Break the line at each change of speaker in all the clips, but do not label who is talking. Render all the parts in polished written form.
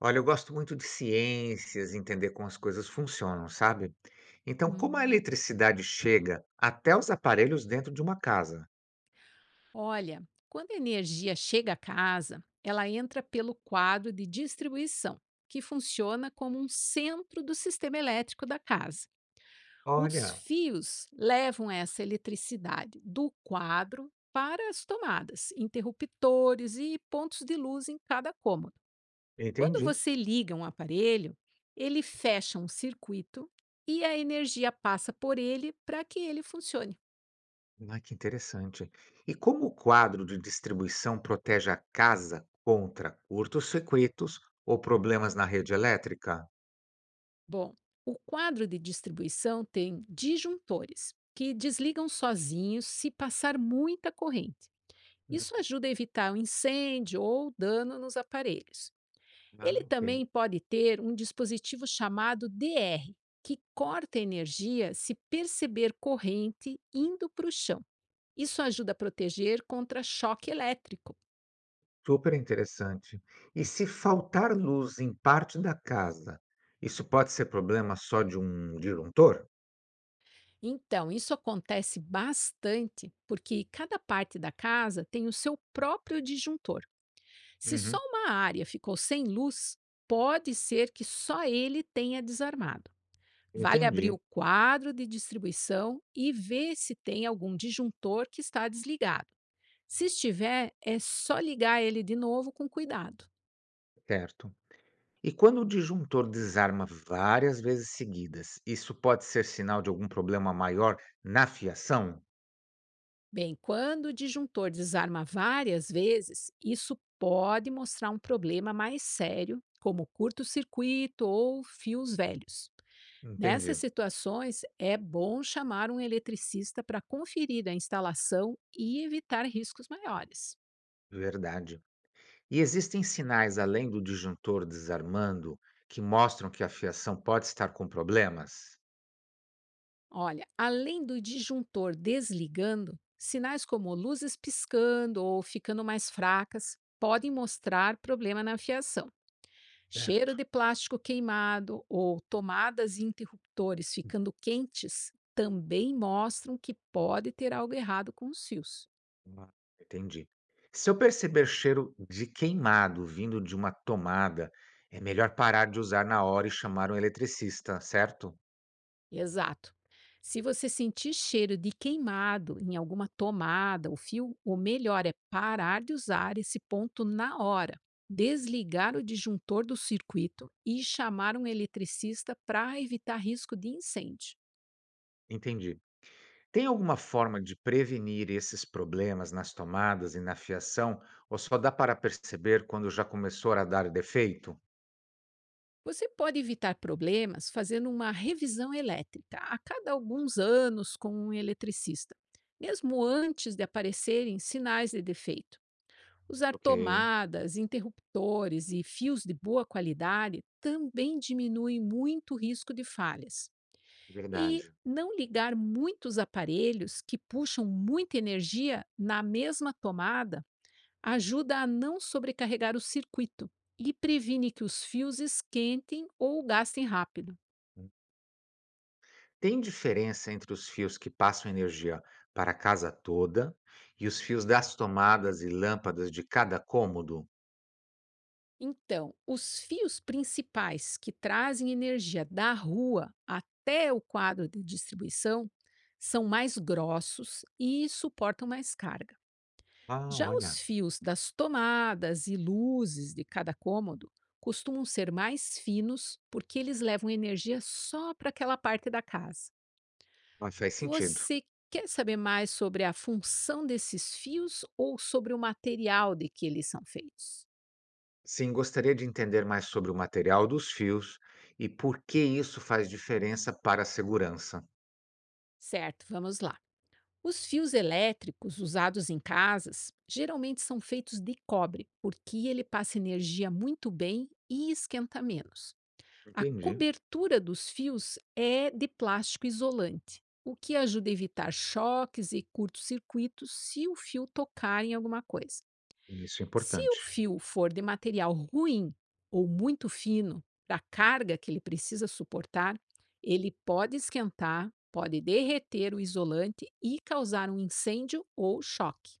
Olha, eu gosto muito de ciências, entender como as coisas funcionam, sabe? Então, como a
Hum.
eletricidade chega até os aparelhos dentro de uma casa?
Olha, quando a energia chega à casa, ela entra pelo quadro de distribuição, que funciona como um centro do sistema elétrico da casa. Os
Olha,
fios levam essa eletricidade do quadro para as tomadas, interruptores e pontos de luz em cada cômodo. Quando
entendi.
você liga um aparelho, ele fecha um circuito e a energia passa por ele para que ele funcione.
Ah, que interessante. E como o quadro de distribuição protege a casa contra curtos-circuitos ou problemas na rede elétrica?
Bom, o quadro de distribuição tem disjuntores, que desligam sozinhos se passar muita corrente.
Hum,
Isso ajuda a evitar o incêndio ou dano nos aparelhos.
Ah,
Ele
ok.
também pode ter um dispositivo chamado DR, que corta energia se perceber corrente indo para o chão. Isso ajuda a proteger contra choque elétrico.
Super interessante. E se faltar luz em parte da casa, isso pode ser problema só de um disjuntor?
Então, isso acontece bastante porque cada parte da casa tem o seu próprio disjuntor. Se só
Uhum,
uma área ficou sem luz, pode ser que só ele tenha desarmado. Vale abrir
entendi.
o quadro de distribuição e ver se tem algum disjuntor que está desligado. Se estiver, é só ligar ele de novo com cuidado.
Certo. E quando o disjuntor desarma várias vezes seguidas, isso pode ser sinal de algum problema maior na fiação?
Bem, quando o disjuntor desarma várias vezes, isso pode mostrar um problema mais sério, como curto-circuito ou fios velhos. Nessas
Entendi,
situações, é bom chamar um eletricista para conferir a instalação e evitar riscos maiores.
verdade. E existem sinais além do disjuntor desarmando que mostram que a fiação pode estar com problemas?
Olha, além do disjuntor desligando, sinais como luzes piscando ou ficando mais fracas podem mostrar problema na fiação. Cheiro
Certo.
de plástico queimado ou tomadas e interruptores ficando quentes também mostram que pode ter algo errado com os fios.
Ah, entendi. Se eu perceber cheiro de queimado vindo de uma tomada, é melhor parar de usar na hora e chamar um eletricista, certo?
Exato. Se você sentir cheiro de queimado em alguma tomada ou fio, o melhor é parar de usar esse ponto na hora, desligar o disjuntor do circuito e chamar um eletricista para evitar risco de incêndio.
Entendi. Tem alguma forma de prevenir esses problemas nas tomadas e na fiação, ou só dá para perceber quando já começou a dar defeito?
Você pode evitar problemas fazendo uma revisão elétrica a cada alguns anos com um eletricista, mesmo antes de aparecerem sinais de defeito. Usar
Ok,
tomadas, interruptores e fios de boa qualidade também diminui muito o risco de falhas. E
verdade.
não ligar muitos aparelhos que puxam muita energia na mesma tomada ajuda a não sobrecarregar o circuito e previne que os fios esquentem ou gastem rápido.
Hum. Tem diferença entre os fios que passam energia para a casa toda e os fios das tomadas e lâmpadas de cada cômodo?
Então, os fios principais que trazem energia da rua até o quadro de distribuição são mais grossos e suportam mais carga.
Ah,
Já os
olha,
fios das tomadas e luzes de cada cômodo costumam ser mais finos porque eles levam energia só para aquela parte da casa.
ah, faz sentido.
Você quer saber mais sobre a função desses fios ou sobre o material de que eles são feitos?
Sim, gostaria de entender mais sobre o material dos fios e por que isso faz diferença para a segurança.
Certo, vamos lá. Os fios elétricos usados em casas geralmente são feitos de cobre, porque ele passa energia muito bem e esquenta menos. A
Entendi.
cobertura dos fios é de plástico isolante, o que ajuda a evitar choques e curtos-circuitos se o fio tocar em alguma coisa.
Isso é
Se o
importante.
fio for de material ruim ou muito fino para a carga que ele precisa suportar, ele pode esquentar, pode derreter o isolante e causar um incêndio ou choque.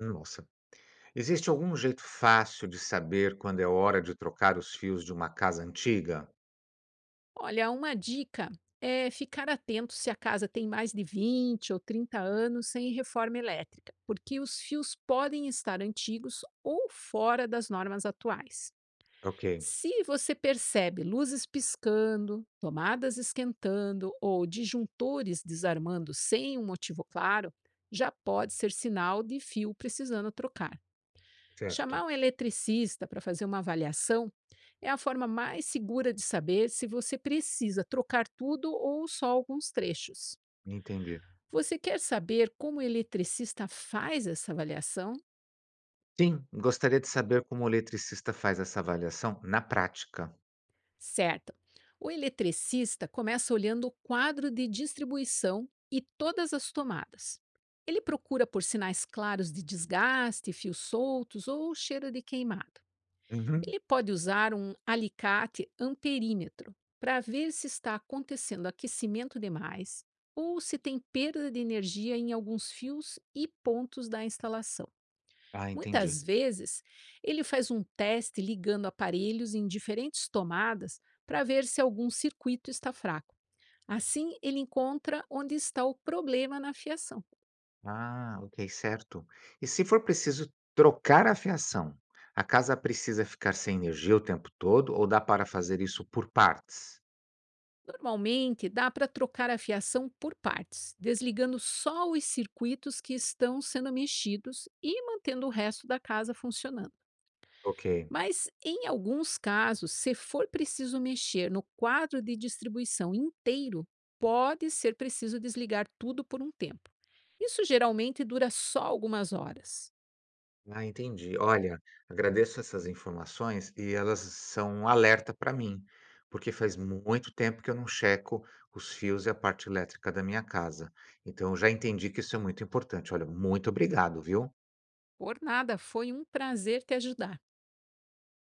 Nossa. Existe algum jeito fácil de saber quando é hora de trocar os fios de uma casa antiga?
Olha, uma dica é ficar atento se a casa tem mais de 20 ou 30 anos sem reforma elétrica, porque os fios podem estar antigos ou fora das normas atuais.
Ok,
Se você percebe luzes piscando, tomadas esquentando ou disjuntores desarmando sem um motivo claro, já pode ser sinal de fio precisando trocar. Chamar
certo,
um eletricista para fazer uma avaliação é a forma mais segura de saber se você precisa trocar tudo ou só alguns trechos.
entendi.
Você quer saber como o eletricista faz essa avaliação?
Sim, gostaria de saber como o eletricista faz essa avaliação na prática.
Certo. O eletricista começa olhando o quadro de distribuição e todas as tomadas. Ele procura por sinais claros de desgaste, fios soltos ou cheiro de queimado.
Uhum.
Ele pode usar um alicate amperímetro para ver se está acontecendo aquecimento demais ou se tem perda de energia em alguns fios e pontos da instalação.
Ah, entendi.
Muitas vezes, ele faz um teste ligando aparelhos em diferentes tomadas para ver se algum circuito está fraco. Assim, ele encontra onde está o problema na fiação.
Ah, ok, certo. E se for preciso trocar a fiação, a casa precisa ficar sem energia o tempo todo ou dá para fazer isso por partes?
Normalmente, dá para trocar a fiação por partes, desligando só os circuitos que estão sendo mexidos e mantendo o resto da casa funcionando.
Ok.
Mas, em alguns casos, se for preciso mexer no quadro de distribuição inteiro, pode ser preciso desligar tudo por um tempo. Isso geralmente dura só algumas horas.
Ah, entendi. Olha, agradeço essas informações e elas são um alerta para mim, porque faz muito tempo que eu não checo os fios e a parte elétrica da minha casa. Então, eu já entendi que isso é muito importante. Olha, muito obrigado, viu?
Por nada, foi um prazer te ajudar.